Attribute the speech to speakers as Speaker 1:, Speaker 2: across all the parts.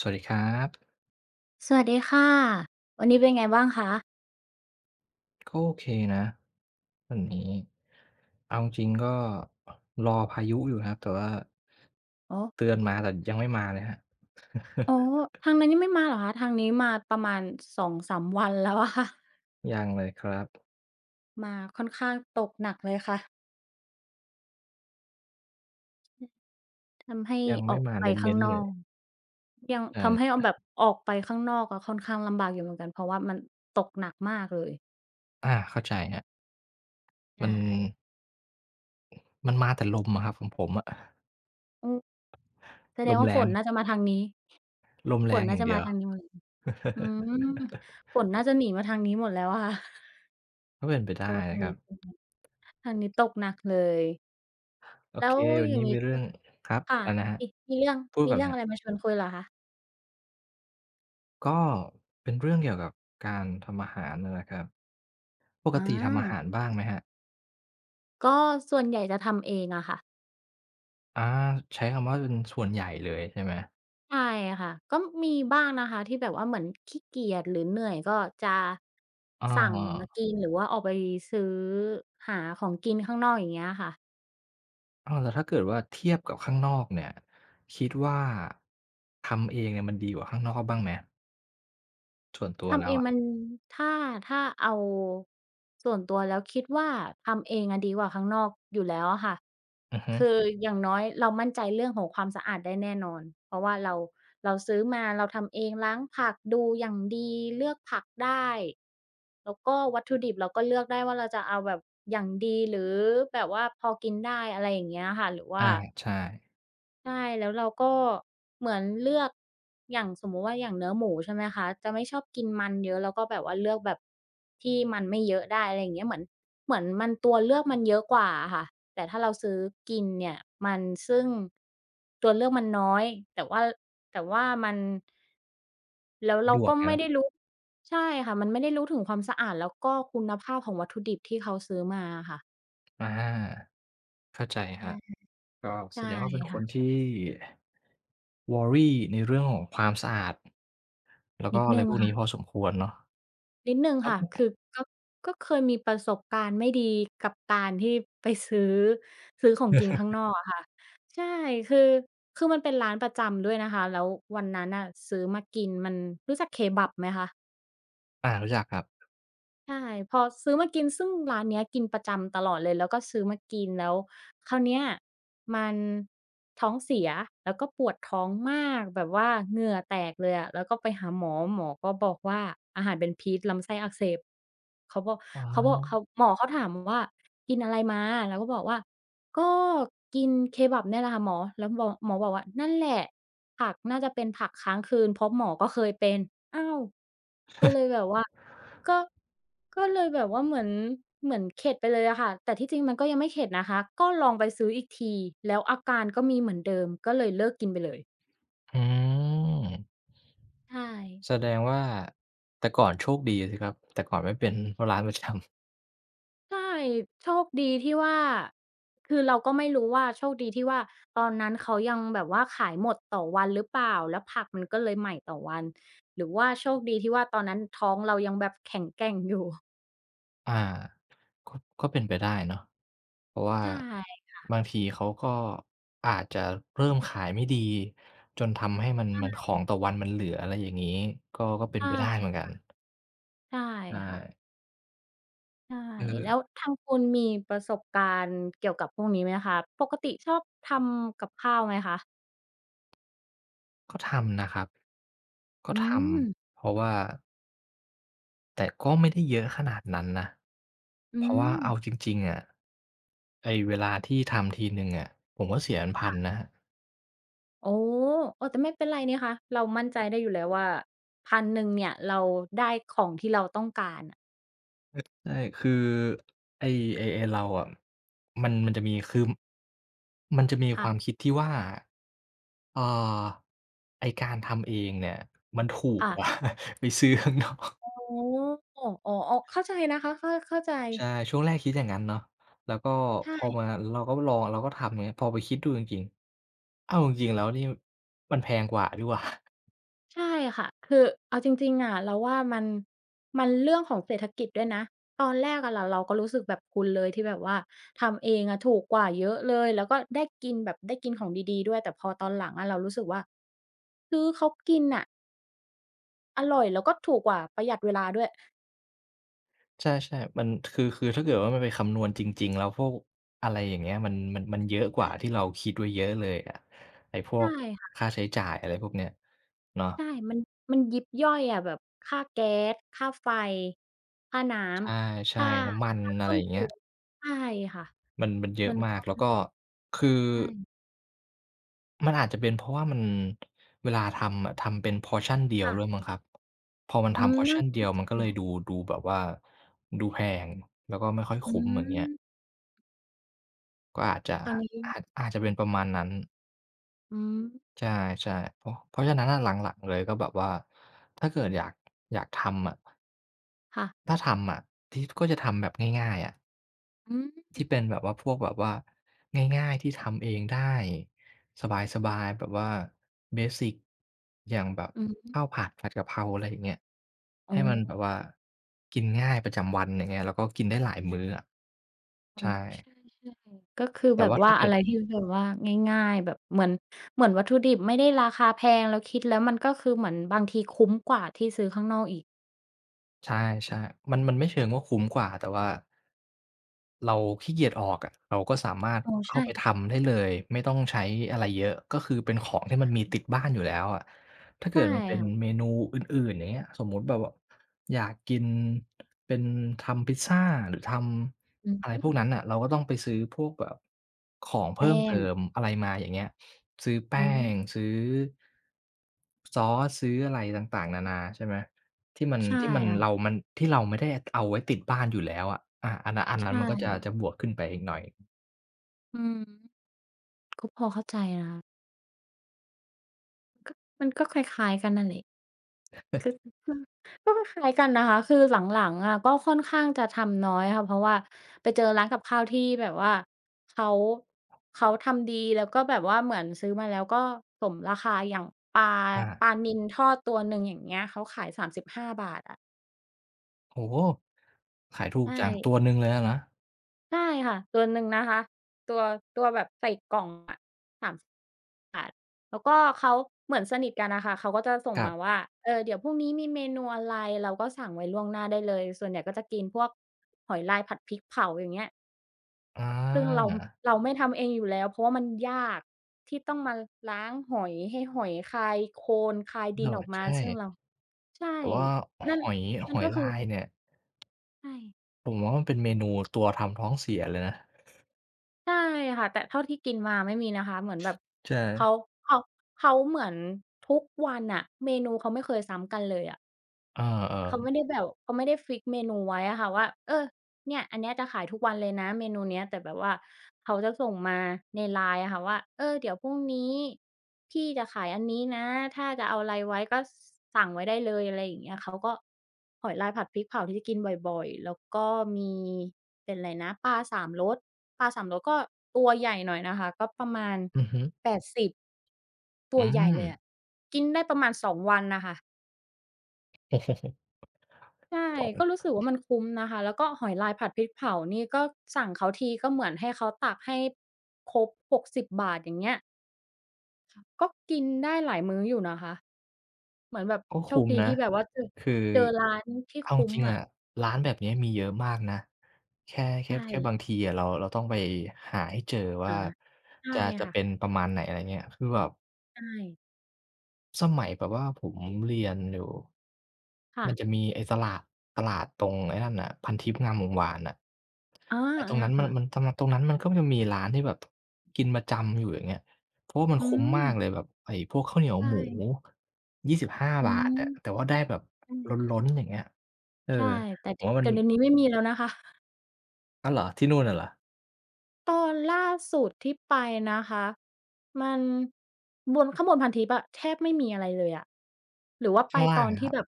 Speaker 1: สวัสดีครับ
Speaker 2: สวัสดีค่ะวันนี้เป็นไงบ้างคะ
Speaker 1: ก็โอเคนะวันนี้เอาจริงๆก็รอพายุอยู่ครับแต่ว่า
Speaker 2: อ๋อ
Speaker 1: เตือนมาแต่ยังไม่มาเลยครับ
Speaker 2: อ๋อ ทางนั้นยังไม่มาเหรอคะทางนี้มาประมาณสองสามวันแล้วอะ ค่ะ
Speaker 1: ยังเลยครับ
Speaker 2: มาค่อนข้างตกหนักเลยค่ะทำให้
Speaker 1: ยัง
Speaker 2: อ
Speaker 1: ไม่
Speaker 2: อก
Speaker 1: มา
Speaker 2: ไป
Speaker 1: เ
Speaker 2: ข้าง
Speaker 1: น้น
Speaker 2: น
Speaker 1: ๆเล
Speaker 2: อ
Speaker 1: ย
Speaker 2: กยังทำให้
Speaker 1: ใช่
Speaker 2: เอาแบบออกไปข้างนอกอะค่อนข้างลำบากอยู่เหมือนกันเพราะว่ามันตกหนักมากเลย
Speaker 1: อาเข้าใจครับมั
Speaker 2: ใช่
Speaker 1: นมันมาแต่ลมอะครับของผมอะ
Speaker 2: อืมแสด
Speaker 1: ล
Speaker 2: ง
Speaker 1: ม
Speaker 2: ว่า
Speaker 1: แร
Speaker 2: ฝ
Speaker 1: ง
Speaker 2: นน่าจะมาทางนี้
Speaker 1: ลมแร
Speaker 2: ฝน
Speaker 1: งอ
Speaker 2: น่า
Speaker 1: ย่าง
Speaker 2: จะ
Speaker 1: เดี
Speaker 2: มา
Speaker 1: ยว
Speaker 2: ทางนี้หมดอืม ฝนน่าจะหนีมาทางนี้หมดแล้วอะค่ะ
Speaker 1: ก็เป็นไป
Speaker 2: เพ
Speaker 1: ได้
Speaker 2: ราะว่าทา
Speaker 1: นะ
Speaker 2: ง
Speaker 1: ครั
Speaker 2: นี้
Speaker 1: บ
Speaker 2: ทางนี้ตกหนักเลย
Speaker 1: โอ
Speaker 2: แล้
Speaker 1: เค
Speaker 2: ว
Speaker 1: วัน
Speaker 2: อย่า
Speaker 1: นี้
Speaker 2: งงี้
Speaker 1: มีเรื่
Speaker 2: ก็
Speaker 1: องครับ
Speaker 2: ค่ะ
Speaker 1: อะไรนะครับ
Speaker 2: มีมีเรื่อง
Speaker 1: พูดก่อนเล
Speaker 2: เรื่อ
Speaker 1: ย
Speaker 2: ง
Speaker 1: ครั
Speaker 2: อะไรมา
Speaker 1: บ
Speaker 2: ชวนคุยเหรอคะ
Speaker 1: ก็เป็นเรื่องเกี่ยวกับการทำอาหารน่ะนะครับปก
Speaker 2: อา
Speaker 1: ติทำอาหารบ้างไหมครับ
Speaker 2: ก็ส่วนใหญ่จะทำเองอะค่ะ
Speaker 1: อาใช้คำว่าเป็นส่วนใหญ่เลยใช่ไหม
Speaker 2: ใช่ค่ะ ก็มีบ้างนะคะที่แบบว่าเหมือนขี้เกียจหรือเหนื่อยก็จะ
Speaker 1: เอ
Speaker 2: สั่งมา
Speaker 1: า
Speaker 2: กินหรือว่าออกไปซื้อหาของกินข้างนอกอย่างเงี้ยค่ะ
Speaker 1: อ้าวแล้วถ้าเกิดว่าเทียบกับข้างนอกเนี่ยคิดว่าทำเองเนี่ยมันดีกว่าข้างนอกบ้างไหมส่วนตัว
Speaker 2: ทำ
Speaker 1: แล้
Speaker 2: เอ
Speaker 1: ว
Speaker 2: ง
Speaker 1: อะ
Speaker 2: มันถ้าถ้าเอาส่วนตัวแล้วคิดว่าทำเองอะดีกว่าข้างนอกอยู่แล้วอะค่ะ
Speaker 1: อือฮึ
Speaker 2: คืออย่างน้อยเรามั่นใจเรื่องของความสะอาดได้แน่นอนเพราะว่าเราเราซื้อมาเราทำเองล้างผักดูอย่างดีเลือกผักได้แล้วก็วัตถุดิบเราก็เลือกได้ว่าเราจะเอาแบบอย่างดีหรือแบบว่าพอกินได้อะไรอย่างเงี้ยค่ะหรือว่า
Speaker 1: อาใช่
Speaker 2: ใช่แล้วเราก็เหมือนเลือกอย่างสมมุติว่าอย่างเนื้อหมูใช่ไหมคะจะไม่ชอบกินมันเยอะแล้วก็แบบว่าเลือกแบบที่มันไม่เยอะได้อะไรอย่างเงี้ยเหมือนมันตัวเลือกมันเยอะกว่าอะค่ะแต่ถ้าเราซื้อกินเนี่ยมันซึ่งตัวเลือกมันน้อยแต่ว่าแต่ว่ามันแล้ว
Speaker 1: สะ
Speaker 2: เรา
Speaker 1: ดวก
Speaker 2: ก็
Speaker 1: ไง
Speaker 2: ไม่
Speaker 1: นะ
Speaker 2: ได้รู้ใช่ค่ะมันไม่ได้รู้ถึงความสะอาดแล้วก็คุณภาพของวัตถุดิบที่เขาซื้อมาอะค่ะ
Speaker 1: อาเข้าใจครับก็แส
Speaker 2: ใช่
Speaker 1: ดงว่าเป็น
Speaker 2: ใช่
Speaker 1: คน
Speaker 2: ค่ะ
Speaker 1: ที่ worry ในเรื่องของความสะอาดแล้ว
Speaker 2: นิ
Speaker 1: ก็
Speaker 2: ด
Speaker 1: อะ
Speaker 2: ห
Speaker 1: ไร
Speaker 2: นึ่ง
Speaker 1: พวกนี้
Speaker 2: ค่ะ
Speaker 1: พอสมควรเนาะ
Speaker 2: นิดหนึ่ง
Speaker 1: ครั
Speaker 2: ค่ะคือ
Speaker 1: บ
Speaker 2: ก็ก็เคยมีประสบการณ์ไม่ดีกับการที่ไปซื้อของกินข้างนอกอะค่ะใช่คือคือมันเป็นร้านประจำด้วยนะคะแล้ววันนั้นน่ะซื้อมากินมันรู้จักเคบับไหมคะ
Speaker 1: อารู้จักครับ
Speaker 2: ใช่พอซื้อมากินซึ่งร้านเนี้ยกินประจำตลอดเลยแล้วก็ซื้อมากินแล้วคราวเนี้ยมันท้องเสียแล้วก็ปวดท้องมากแบบว่าเหงื่อแตกเลยอะแล้วก็ไปหาหมอก็บอกว่าอาหารเป็นพิษลำไส้อักเสบ เขาบอก
Speaker 1: อ๋
Speaker 2: เขาบอก
Speaker 1: อ
Speaker 2: เขาหมอเขาถามว่ากินอะไรมาเราก็บอกว่าก็กินเคบับเนี่ยแหละค่ะหมอแล้วหมอบอกว่านั่นแหละผักน่าจะเป็นผักค้างคืนเพราะหมอก็เคยเป็นอ้าวก็เลยแบบว่าก็ก็เลยแบบว่าเหมือนเข็ดไปเลยอะค่ะแต่ที่จริงมันก็ยังไม่เข็ดนะคะก็ลองไปซื้ออีกทีแล้วอาการก็มีเหมือนเดิมก็เลยเลิกกินไปเลย
Speaker 1: อืม
Speaker 2: ใช่
Speaker 1: แสดงว่าแต่ก่อนโชคดีสิครับแต่ก่อนไม่เป็นร้านประจำ
Speaker 2: ใช่โชคดีที่ว่าคือเราก็ไม่รู้ว่าโชคดีที่ว่าตอนนั้นเขายังแบบว่าขายหมดต่อวันหรือเปล่าแล้วผักมันก็เลยใหม่ต่อวันหรือว่าโชคดีที่ว่าตอนนั้นท้องเรายังแบบแข็งแกร่งอยู่
Speaker 1: อาก็ก็เป็นไปได้เนาะเพราะว่า
Speaker 2: ใช่
Speaker 1: บางทีเขาก็อาจจะเริ่มขายไม่ดีจนทำให้มันของต่อวันมันเหลืออะไรอย่างงี้ก็ก็เป็นไป
Speaker 2: อา
Speaker 1: ได้เหมือนกัน
Speaker 2: ใช่
Speaker 1: ใช่
Speaker 2: ใช่ค่ะใช่
Speaker 1: เอ
Speaker 2: แล้ว
Speaker 1: อ
Speaker 2: ทางคุณมีประสบการณ์เกี่ยวกับพวกนี้ไหมคะปกติชอบทำกับข้าวไหมคะ
Speaker 1: ก็ทำนะครับก็
Speaker 2: อื
Speaker 1: ท
Speaker 2: ม
Speaker 1: ำเพราะว่า แต่ก็ไม่ได้เยอะขนาดนั้นนะ เพ
Speaker 2: อื
Speaker 1: ราะว่า
Speaker 2: ม
Speaker 1: เอาจริงๆอะไอ้เวลาที่ทำทีหนึ่งอะผมก็เสียเป็นพันนะครับ
Speaker 2: โอ้อเออแต่ไม่เป็นไรนี่คะเรามั่นใจได้อยู่แล้วว่า1,100เนี่ยเราได้ของที่เราต้องการอะ
Speaker 1: ใช่คือไอ้ไอ้เราอะมันจะมีคือ มันจะมีค
Speaker 2: ค่ะ
Speaker 1: วามคิดที่ว่าเอ่อไอ้การทำเองเนี่ย มันถูก
Speaker 2: ค่ะ
Speaker 1: กว่า ไปซื้อข้างนอก
Speaker 2: อ๋ออ๋ออ๋อเข้าใจนะคะเข้าเข้าใจ
Speaker 1: ใช่ช่วงแรกคิดอย่างนั้นเนาะแล้วก็พอ
Speaker 2: ใช่
Speaker 1: มาเราก็ลองเราก็ทำอย่างเงี้ยพอไปคิดดูจริงๆอ้าวจริงๆแล้วนี่มันแพงกว่านี่หว่า
Speaker 2: ใช่ค่ะคือเอาจริงๆอะเราว่ามันมันเรื่องของเศรษฐกิจด้วยนะตอนแรกอะเราก็รู้สึกแบบคุณเลยที่แบบว่าทำเองอะถูกกว่าเยอะเลยแล้วก็ได้กินแบบได้กินของดีๆด้วยแต่พอตอนหลังอะเรารู้สึกว่าซื้อเขากินน่ะอร่อยแล้วก็ถูกกว่าประหยัดเวลาด้วย
Speaker 1: ใช่ๆมันคือคือถ้าเกิดว่ามันไปคำนวณจริงๆแล้วพวกอะไรอย่างเงี้ยมันเยอะกว่าที่
Speaker 2: ใช่
Speaker 1: เราคิดไว้เยอะเลยอะไอ้พ
Speaker 2: ใ
Speaker 1: วก
Speaker 2: ช่
Speaker 1: ค่าใช้จ่ายอะไรพวกเนี้ยเนาะ
Speaker 2: ใช่มันมันยิบย่อยอะแบบค่าแก๊สค่าไฟค่าน้ำ
Speaker 1: ใช่
Speaker 2: ค่า
Speaker 1: ๆน้ำมัน
Speaker 2: ค่าเค
Speaker 1: อะไร
Speaker 2: รื่อง
Speaker 1: อย่าง
Speaker 2: ปรุ
Speaker 1: เงี้ย
Speaker 2: งใช่ค่ะ
Speaker 1: มันเยอะ
Speaker 2: มัน
Speaker 1: มา
Speaker 2: ก็
Speaker 1: กแล้วก็คือ
Speaker 2: ใช่
Speaker 1: มันอาจจะเป็นเพราะว่ามันเวลาทำอะทำเป็นพอร์ชั่นเดียวด้วย
Speaker 2: ค่ะ
Speaker 1: มั้งครับพอมัน
Speaker 2: อื
Speaker 1: ทำ
Speaker 2: ม
Speaker 1: พอร์
Speaker 2: น่า
Speaker 1: ชั่นเดีย
Speaker 2: น่า
Speaker 1: ว
Speaker 2: จะ
Speaker 1: มันก็
Speaker 2: เกี่
Speaker 1: เล
Speaker 2: ย
Speaker 1: ย
Speaker 2: ว
Speaker 1: ดูดูแบบว่าดูแพงแล้วก็ไม่ค่อย
Speaker 2: อื
Speaker 1: คุ้มอย่างเงี้ย
Speaker 2: ม
Speaker 1: ก็อาจจะ
Speaker 2: ทางนี้
Speaker 1: อาจจะเป็นประมาณนั้น
Speaker 2: อืม
Speaker 1: ใช่ๆเพราะเพราะฉะนั้นอะหลังๆเลยก็แบบว่าถ้าเกิดอยากอยากทำอะ
Speaker 2: ค่ะ
Speaker 1: ถ้าทำอะทีฟก็จะทำแบบง่ายๆอะ
Speaker 2: อืม
Speaker 1: ที่เป็นแบบว่าพวกแบบว่าง่ายๆที่ทำเองได้สบายๆแบบว่าเบสิกอย่างแบบ
Speaker 2: อืม
Speaker 1: ข้าวผัดผัดกะเพราอะไรอย่างเงี้ย
Speaker 2: อ๋อ
Speaker 1: ให้มันแบบว่ากินง่ายประจำวันอย่างเงี้ยแล้วก็กินได้หลายมื้ออะ
Speaker 2: อ๋อ
Speaker 1: ใช่
Speaker 2: ใช่ๆก็คือ
Speaker 1: แต่
Speaker 2: แบบ
Speaker 1: ว่า
Speaker 2: ว่า
Speaker 1: ถ้าเกิ
Speaker 2: อะ
Speaker 1: ด
Speaker 2: ไรที่แบบว่าง่ายๆแบบเหมือนวัตถุดิบไม่ได้ราคาแพงแล้วคิดแล้วมันก็คือเหมือนบางทีคุ้มกว่าที่ซื้อข้างนอกอีก
Speaker 1: ใช่ๆมันไม่เชิงว่าคุ้มกว่าแต่ว่าเราขี้เกียจออกอะเราก็สามารถ
Speaker 2: อ๋อ
Speaker 1: เข้า
Speaker 2: ใช่
Speaker 1: ไปทำได้เลยไม่ต้องใช้อะไรเยอะก็คือเป็นของที่มันมีติดบ้านอยู่แล้วอะถ้าเกิ
Speaker 2: ใช่
Speaker 1: ดมันเป็นเม
Speaker 2: ค่ะ
Speaker 1: นูอื่นๆอย่างเงี้ยสมมุติแบบว่าอยากกินเป็นทำพิซซาหรือท
Speaker 2: อื
Speaker 1: ำอะไรพวก
Speaker 2: ม
Speaker 1: นั้นน่ะเราก็ต้องไปซื้อพวกแบบของเพิ่
Speaker 2: แป้
Speaker 1: มเติ
Speaker 2: ง
Speaker 1: มอะไรมาอย่างเงี้ยซื้อแป้
Speaker 2: อื
Speaker 1: ง
Speaker 2: ม
Speaker 1: ซื้อซอสซื้ออะไรต่างๆนานาใช่ไหม ที่มัน
Speaker 2: ใช่
Speaker 1: ที่มันเรา
Speaker 2: ค่ะ
Speaker 1: มันที่เราไม่ได้เอาไว้ติดบ้านอยู่แล้วอะอาอันนั้น
Speaker 2: ใช่
Speaker 1: มันก็จะบวกขึ้นไปอีกหน่อย
Speaker 2: อืมก็พอเข้าใจนะคะก็มันก็คล้ายๆกันนั่นแหละคือ คือก็คล้ายๆกันนะคะคือหลังๆอะก็ค่อนข้างจะทำน้อยค่ะเพราะว่าไปเจอร้านกับข้าวที่แบบว่าเขาเขาทำดีแล้วก็แบบว่าเหมือนซื้อมาแล้วก็สมราคาอย่างปลา
Speaker 1: อา
Speaker 2: ปลานิลทอดตัวหนึ่งอย่างเงี้ยเขาขาย35บห้าบาทอะ
Speaker 1: โอ้โฮขายถูก
Speaker 2: ใช่
Speaker 1: จังตัวหนึ่งเลยอะนะ
Speaker 2: ใช่ค่ะตัวหนึ่งนะคะตัวตัวแบบใส่กล่องอะสาม แล้วก็เขาเหมือนสนิทกันน่ะค่ะเขาก็จะส่ง
Speaker 1: ครั
Speaker 2: มา
Speaker 1: บ
Speaker 2: ว่าเออเดี๋ยวพรุ่งนี้มีเมนูอะไรเราก็สั่งไว้ล่วงหน้าได้เลยส่วนใหญ่ก็จะกินพวกหอยลายผัดพริกเผาอย่างเงี้ย
Speaker 1: อา
Speaker 2: ซึ่งเราไม่ทำเองอยู่แล้วเพราะว่ามันยากที่ต้องมาล้างหอยให้หอยคายโคลนคายดิน
Speaker 1: โอ้
Speaker 2: อ
Speaker 1: โฮ
Speaker 2: อกมา
Speaker 1: ใช่
Speaker 2: ซึ่งเราใช่
Speaker 1: แต่ว่าห
Speaker 2: นั่น
Speaker 1: อยห
Speaker 2: นั่น
Speaker 1: อย
Speaker 2: ก็คือ
Speaker 1: ลายเนี่ย
Speaker 2: ใช่
Speaker 1: ผมว่ามันเป็นเมนูตัวทำท้องเสียเลยนะ
Speaker 2: ใช่ค่ะแต่เท่าที่กินมาไม่มีนะคะเหมือนแบบ
Speaker 1: ใช่
Speaker 2: เขาเขาเขาเหมือนทุกวันน่ะเมนูเขาไม่เคยซ้ำกันเลยอะ
Speaker 1: เ
Speaker 2: เขา
Speaker 1: ออ
Speaker 2: ไม่ได้แบบเขาไม่ได้ฟิกเมนูไว้อะค่ะว่าเออเนี่ยอันเนี้ยจะขายทุกวันเลยนะเมนูเนี้ยแต่แบบว่าเขาจะส่งมาใน LINE อะค่ะว่าเออเดี๋ยวพรุ่งนี้พี่จะขายอันนี้นะถ้าจะเอาอะไรไว้ก็สั่งไว้ได้เลยอะไรอย่างเงี้ยเขาก็หอยลายผัดพริกเผาที่กินบ่อยๆแล้วก็มีเป็นอะไรนะปลาสามรสปลาสามรสก็ตัวใหญ่หน่อยนะคะก็ประมาณ
Speaker 1: ๆอือฮึ
Speaker 2: 80ตัว
Speaker 1: อื
Speaker 2: ใหญ่
Speaker 1: ม
Speaker 2: เลยอะกินได้ประมาณ2วันน่ะค่ะ ใช่
Speaker 1: โอ้
Speaker 2: ก็รู้
Speaker 1: โฮ
Speaker 2: สึกว่ามันคุ้มนะคะ แล้วก็หอยลายผัดพริกเผานี่ก็สั่งเขาทีก็เหมือนให้เขาตักให้ครบ60บบาทอย่างเงี้ย ก็กินได้หลายมื้ออยู่นะคะ เหมือนแบบ
Speaker 1: ก็
Speaker 2: โชค
Speaker 1: คุ้ม
Speaker 2: ดี
Speaker 1: นะ
Speaker 2: ที่แบบว่าเจอ
Speaker 1: คือ
Speaker 2: เจอร้านที่
Speaker 1: เอาจ
Speaker 2: คุ้ม
Speaker 1: ริงๆ
Speaker 2: อะ
Speaker 1: อะร้านแบบเนี้ยมีเยอะมากนะ แค่แค่
Speaker 2: ใช่
Speaker 1: แค่บางทีอะเราต้องไปหาให้เจอว่า
Speaker 2: อาใช่
Speaker 1: จะจะ
Speaker 2: ค่ะ
Speaker 1: เป็นประมาณไหนอะไรเงี้ยคือแบบ
Speaker 2: ใช่
Speaker 1: สมัยแบบว่าผมเรียนอยู่มันจะ
Speaker 2: ค่ะ
Speaker 1: มีไอ้ตลาดตลาดตรงไอ้นั่นน่ะพันทิปงามวงศ์วานน่ะ
Speaker 2: อา
Speaker 1: ไอ้ตรงนั้นมัน
Speaker 2: ๆ
Speaker 1: มัน
Speaker 2: ๆ
Speaker 1: ตรงนั้นมันก็จะมีร้านที่แบบกินประจำอยู่อย่างเงี้ยเพราะว่ามัน
Speaker 2: อื
Speaker 1: คุ้ม
Speaker 2: ม
Speaker 1: มากเลยแบบไอ้พวกข้าวเหนียว
Speaker 2: ใช
Speaker 1: หมู
Speaker 2: ่อื
Speaker 1: 25บห้าบาทอะแต่
Speaker 2: ม
Speaker 1: ว่าได้แบบล
Speaker 2: ใช่
Speaker 1: ้นๆอย่างเงี้ยเออ
Speaker 2: ใช่
Speaker 1: ผมว่ามั
Speaker 2: แต่
Speaker 1: น
Speaker 2: เดี๋ยวนี้ไม่มีแล้วนะคะ
Speaker 1: อ้าวเหรอที่นู่นน่ะเหรอ
Speaker 2: ตอนล่าสุดที่ไปนะคะมันข้างบนพันทิปอะแทบไม่มีอะไรเลยอะหรือว่าไป
Speaker 1: ข้าง
Speaker 2: ต
Speaker 1: ล่าง
Speaker 2: อน
Speaker 1: อะค
Speaker 2: ที่
Speaker 1: รับ
Speaker 2: แบบ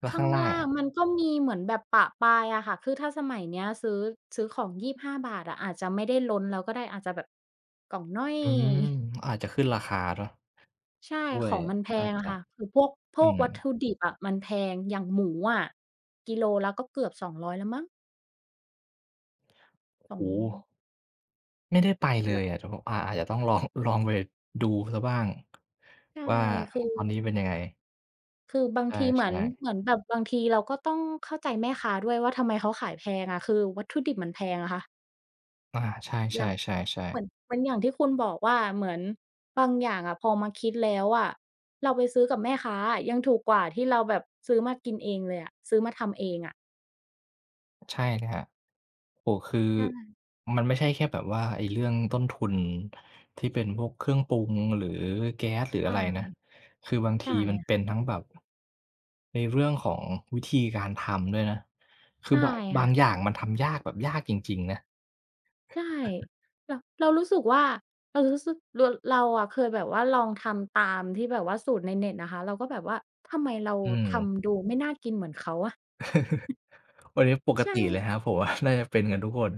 Speaker 1: แล้ว
Speaker 2: ข้า
Speaker 1: ข้า
Speaker 2: ง
Speaker 1: งล่าง
Speaker 2: ล่าง
Speaker 1: อะ
Speaker 2: มันก็มีเหมือนแบบปะปายอะค่ะคือถ้าสมัยเนี้ยซื้อของยี่บห้5บาทอะอาจจะไม่ได้ล้นแล้วก็ได้อาจจะแบบกล่องน้อย
Speaker 1: อืมอาจจะขึ้นราคาเนาะ
Speaker 2: ใช่
Speaker 1: ด้ว
Speaker 2: ข
Speaker 1: ย
Speaker 2: องมันแพ
Speaker 1: อาจ
Speaker 2: งอะ
Speaker 1: จะ
Speaker 2: ค่ะคือพวกพ
Speaker 1: อื
Speaker 2: วกวัต
Speaker 1: ม
Speaker 2: ถุดิบอะมันแพงอย่างหมูอะกิโลละก็เกือบ200แล้วมั้ง2
Speaker 1: โอ้โฮ ไม่ได้ไปเล
Speaker 2: แบ
Speaker 1: ย
Speaker 2: บ
Speaker 1: อะเดีผมอาจจะต้องลอง ลองไปดูเสียบ้าง
Speaker 2: ใช่
Speaker 1: ว่า
Speaker 2: คือ
Speaker 1: ตอนนี้เป็นยังไง
Speaker 2: คือบางทีเหมือน
Speaker 1: ใช่
Speaker 2: เหมือนแบบบางทีเราก็ต้องเข้าใจแม่ค้าด้วยว่าทำไมเขาขายแพงอะคือวัตถุดิบมันแพงอะค่ะ
Speaker 1: ๆอาใช
Speaker 2: อย่าง
Speaker 1: ่
Speaker 2: เห
Speaker 1: ๆๆ
Speaker 2: มื
Speaker 1: ๆ
Speaker 2: อนเหมือนอย่างที่คุณบอกว่าเหมือนบางอย่างอะพอมาคิดแล้วอะเราไปซื้อกับแม่ค้าอะยังถูกกว่าที่เราแบบซื้อมากินเองเลยอะซื้อมาทำเองอะ
Speaker 1: ใช่เลยครับโอ้โฮคือ
Speaker 2: ใช่
Speaker 1: มันไม่ใช่แค่แบบว่าไอ้เรื่องต้นทุนที่เป็นพวกเครื่องปรุงหรือแก๊สหรืออะไรนะ
Speaker 2: ใช่
Speaker 1: คือบาง
Speaker 2: ใช่
Speaker 1: ทีมัน
Speaker 2: ค่ะ
Speaker 1: เป็นทั้งแบบในเรื่องของวิธีการทำด้วยนะ คือ
Speaker 2: ใช่
Speaker 1: บางอ
Speaker 2: ค่ะ
Speaker 1: ย่างมันทำยากแบบยากจริงๆนะ
Speaker 2: ใช่เรารู้สึกว่าเรารู้สึกเราอะเคยแบบว่าลองทำตามที่แบบว่าสูตรในเน็ตนะคะเราก็แบบว่าทำไมเรา
Speaker 1: อืม
Speaker 2: ทำดูไม่น่ากินเหมือนเขาอะ
Speaker 1: วันนี้ปก
Speaker 2: ใช่
Speaker 1: ติเลยครับผมว่า น่าจะเป็นกันทุกคน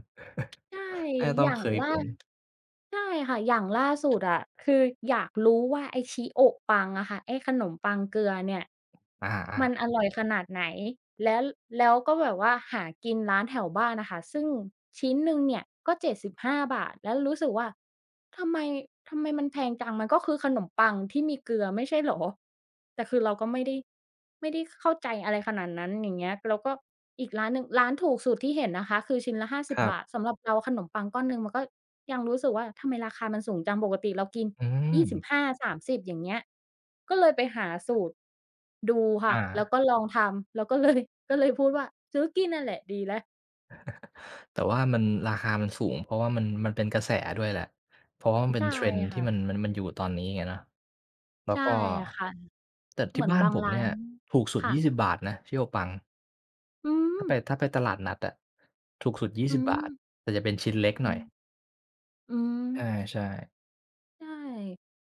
Speaker 2: ใช่
Speaker 1: น่าจะต้
Speaker 2: อ
Speaker 1: อง
Speaker 2: ย่าง
Speaker 1: เคย
Speaker 2: ล่า
Speaker 1: เป็น
Speaker 2: ใช่ค่ะอย่างล่าสุดอะคืออยากรู้ว่าไอ้ชิโอะปังอะค่ะไอ้ขนมปังเกลือเนี่ย มัน
Speaker 1: อา
Speaker 2: อร่อยขนาดไหน แล้วแล้วก็แบบว่าหากินร้านแถวบ้านน่ะค่ะซึ่งชิ้นหนึ่งเนี่ยก็75บห้าบาท แล้วรู้สึกว่าทำไมทำไมมันแพงจัง มันก็คือขนมปังที่มีเกลือไม่ใช่เหรอแต่คือเราก็ไม่ได้เข้าใจอะไรขนาดนั้นอย่างเงี้ยแล้วก็อีกร้านหนึ่งร้านถูกสุดที่เห็นนะคะ คือชิ้นละห้า
Speaker 1: ๆค
Speaker 2: สิบ
Speaker 1: รับ
Speaker 2: บาทสำหรับเราขนมปังก้อนหนึ่งมันก็ยังรู้สึกว่าทำไมราคามันสูงจังปกติเรากิน
Speaker 1: อืม
Speaker 2: 25 30อย่างเงี้ยก็เลยไปหาสูตร ดูค่ะ
Speaker 1: อา
Speaker 2: แล้วก็ลองทำแล้วก็เลย ก็เลยพูดว่าซื้อกินนั่นแหละดีแล้ว
Speaker 1: แต่ว่ามันราคามันสูงเพราะว่ามันเป็นกระแสด้วยแหละเพราะว่ามันเป็น
Speaker 2: ใช่
Speaker 1: trend ที่มัน
Speaker 2: ค่ะ
Speaker 1: มันมันอยู่ตอนนี้ไงเนาะแล้ว
Speaker 2: ใช่
Speaker 1: ก็
Speaker 2: ค่ะ
Speaker 1: แต่
Speaker 2: เห
Speaker 1: ที่
Speaker 2: มือน
Speaker 1: บ้าน
Speaker 2: บาง
Speaker 1: ผม
Speaker 2: ร้า
Speaker 1: เนี่ย
Speaker 2: น
Speaker 1: ถูกสุด
Speaker 2: ค่ะ
Speaker 1: ยี่สิบ20นะที่โอปัง
Speaker 2: อืม
Speaker 1: ถ้าไปตลาดนัดอะถูกสุดยี่
Speaker 2: อื
Speaker 1: สิบบาท
Speaker 2: ม
Speaker 1: แต่จะเป็นชิ้นเล็กห
Speaker 2: อื
Speaker 1: น่อย
Speaker 2: มอืม
Speaker 1: ใช่ๆ
Speaker 2: ใช่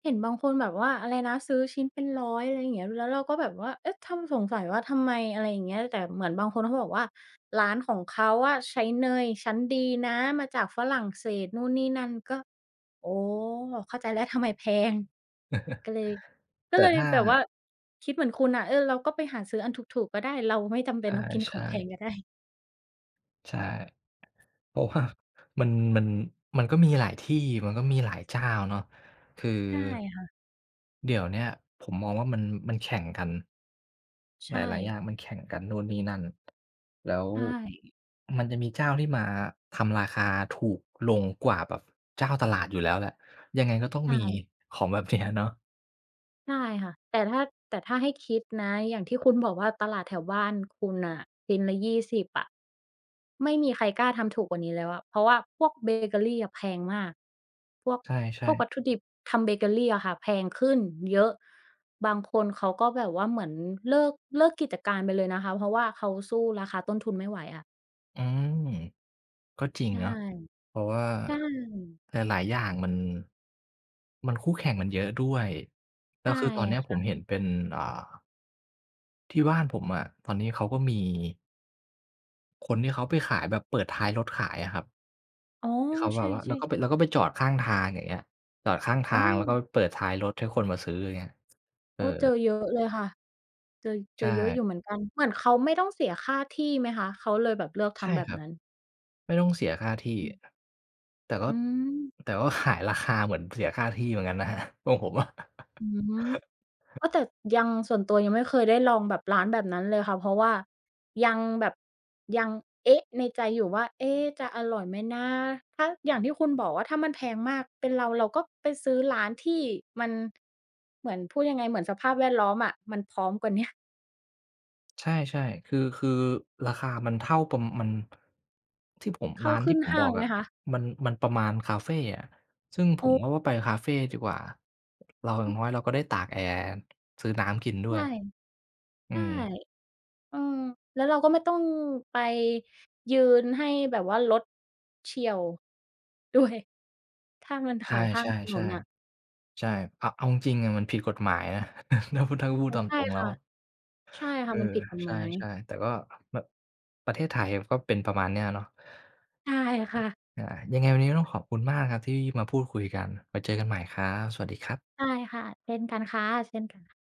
Speaker 2: เห็นบางคนแบบว่าอะไรนะซื้อชิ้นเป็นร้อยอะไรอย่างเงี้ยแล้วเราก็แบบว่าเอ๊ะทำสงสัยว่าทำไมอะไรอย่างเงี้ยแต่เหมือนบางคนเขาบอกว่าร้านของเขาอะใช้เนยชั้นดีนะมาจากฝรั่งเศสนู่นนี่นั่นก็อ๋อเข้าใจแล้วทำไมแพง ก็เลยก็
Speaker 1: แต่
Speaker 2: เลย
Speaker 1: ถ้า
Speaker 2: แบบว่าคิดเหมือนคุณน่ะเออเราก็ไปหาซื้ออันถูกๆก็ได้เราไม่จำเป็นต้องกินของ
Speaker 1: ใช่
Speaker 2: แพงก็
Speaker 1: ๆ
Speaker 2: ได้
Speaker 1: ใช่เพราะว่า มันมันมันก็มีหลายที่มันก็มีหลายเจ้าเนาะคือ
Speaker 2: ใช่ค่ะ
Speaker 1: เดี๋ยวเนี้ยผมมองว่ามันมันแข่งกันห
Speaker 2: ใช่
Speaker 1: ลายๆอย่างมันแข่งกันนู่นนี่นั่นแล้ว
Speaker 2: ใช่
Speaker 1: มันจะมีเจ้าที่มาทำราคาถูกลงกว่าแบบเจ้าตลาดอยู่แล้วแหละยังไงก็ต้อง
Speaker 2: ใช่
Speaker 1: มีของแบบเนี้ยเนาะ
Speaker 2: ใช่ค่ะแต่ถ้าให้คิดนะอย่างที่คุณบอกว่าตลาดแถวบ้านคุณน่ะชิ้นละยี่สิบอะไม่มีใครกล้าทำถูกกว่านี้แล้วอะเพราะว่าพวกเบเกอรีอะแพงมากพวก
Speaker 1: ใช
Speaker 2: พ
Speaker 1: ่
Speaker 2: วกวัตถุ
Speaker 1: ๆ
Speaker 2: ดิบทำเบเกอรีอะค่ะแพงขึ้นเยอะบางคนเขาก็แบบว่าเหมือนเลิกเลิกกิจการไปเลยนะคะเพราะว่าเขาสู้ราคาต้นทุนไม่ไหวอะ
Speaker 1: อืมก็จริง
Speaker 2: ใช
Speaker 1: เนาะ
Speaker 2: ่
Speaker 1: เพราะว่า
Speaker 2: ใช่
Speaker 1: หลายๆอย่างมันคู่แข่งมันเยอะด้วยแล้
Speaker 2: ใช่
Speaker 1: วคือตอนเนี้ยผม
Speaker 2: ค่ะ
Speaker 1: เห็นเป็นอ่าที่บ้านผมอะตอนนี้เขาก็มีคนที่เขาไปขายแบบเปิดท้ายรถขายอะครับ
Speaker 2: อ๋อ
Speaker 1: ที่เขาแบ
Speaker 2: ใช่
Speaker 1: บว่าแล้วก็ไปจอดข้างทางอย่างเงี้ยจอด
Speaker 2: ๆ
Speaker 1: ข้าง
Speaker 2: ๆโอ้
Speaker 1: ทางแล้วก็เปิดท้ายรถให้คนมาซื้ออย่างเงี้ยเอ
Speaker 2: โอ้
Speaker 1: อ
Speaker 2: เจอเยอะเลยค่ะ เจอ
Speaker 1: ใช่
Speaker 2: เยอะอยู่เหมือนกัน เหมือนเขาไม่ต้องเสียค่าที่ไหมคะ เขาเลยแบบเลือก
Speaker 1: ใช่
Speaker 2: ทำแบ
Speaker 1: ค
Speaker 2: บ
Speaker 1: รับ
Speaker 2: นั้น
Speaker 1: ไม่ต้องเสียค่าที่
Speaker 2: อืม
Speaker 1: แต่ก็
Speaker 2: อืม
Speaker 1: แต่ก็ขายราคาเหมือนเสียค่าที่เหมือนกันนะ ครับของผมอะ
Speaker 2: อืมเออแต่ยังส่วนตัวยังไม่เคยได้ลองแบบร้านแบบนั้นเลยค่ะเพราะว่ายังแบบยังเอ๊ะในใจอยู่ว่าเอ๊ะจะอร่อยไหมนะถ้าอย่างที่คุณบอกว่าถ้ามันแพงมากเป็นเราเราก็ไปซื้อร้านที่มันเหมือนพูดยังไงเหมือนสภาพแวดล้อมอะมันพร้อมกว่าเนี้ย
Speaker 1: ใช่ๆคือคือราคามันเท่าประมันที่ผม
Speaker 2: เข้า
Speaker 1: ร้าน
Speaker 2: ขึ้
Speaker 1: ที่
Speaker 2: น
Speaker 1: ผมบ
Speaker 2: ห้า
Speaker 1: อ
Speaker 2: ง
Speaker 1: ก
Speaker 2: ไหม
Speaker 1: อะ
Speaker 2: คะ
Speaker 1: มันมันประมาณคาเฟอะซึ่งผ
Speaker 2: โอ้
Speaker 1: มก็ว่าไปคาเฟดีกว่าเราอย่างน้อยเราก็ได้ตากแอร์ซื้อน้ำกินด้ว
Speaker 2: ใช่
Speaker 1: ยอื
Speaker 2: ใช่
Speaker 1: ม
Speaker 2: เออแล้วเราก็ไม่ต้องไปยืนให้แบบว่ารถเฉี่ยว ด้วยถ้ามัน
Speaker 1: ใช
Speaker 2: ขายข้าง
Speaker 1: ่
Speaker 2: ถนนน่ะ
Speaker 1: ๆๆใช่เอาเอาจ
Speaker 2: อื
Speaker 1: ริงๆอะ
Speaker 2: ม
Speaker 1: มันผิดกฎหมายนะ ถ้าพูด
Speaker 2: เออ
Speaker 1: ตามต
Speaker 2: ใช่
Speaker 1: รงแล้ว
Speaker 2: ค่ะ
Speaker 1: อะ
Speaker 2: ใช่
Speaker 1: เอ
Speaker 2: ค่ะ
Speaker 1: อ
Speaker 2: มันผิดกฎ
Speaker 1: ใช
Speaker 2: หมาย
Speaker 1: ่ๆแต่ก็แบบประเทศไทยก็เป็นประมาณเนี้ยเนาะ
Speaker 2: ใช่ค่ะ
Speaker 1: อายังไงวันนี้ก็ต้องขอบคุณมากครับที่มาพูดคุยกันไว้เจอกันใหม่ครับสวัสดีครับ
Speaker 2: ใช่ค่ะเช่นกันค่ะเช่นกัน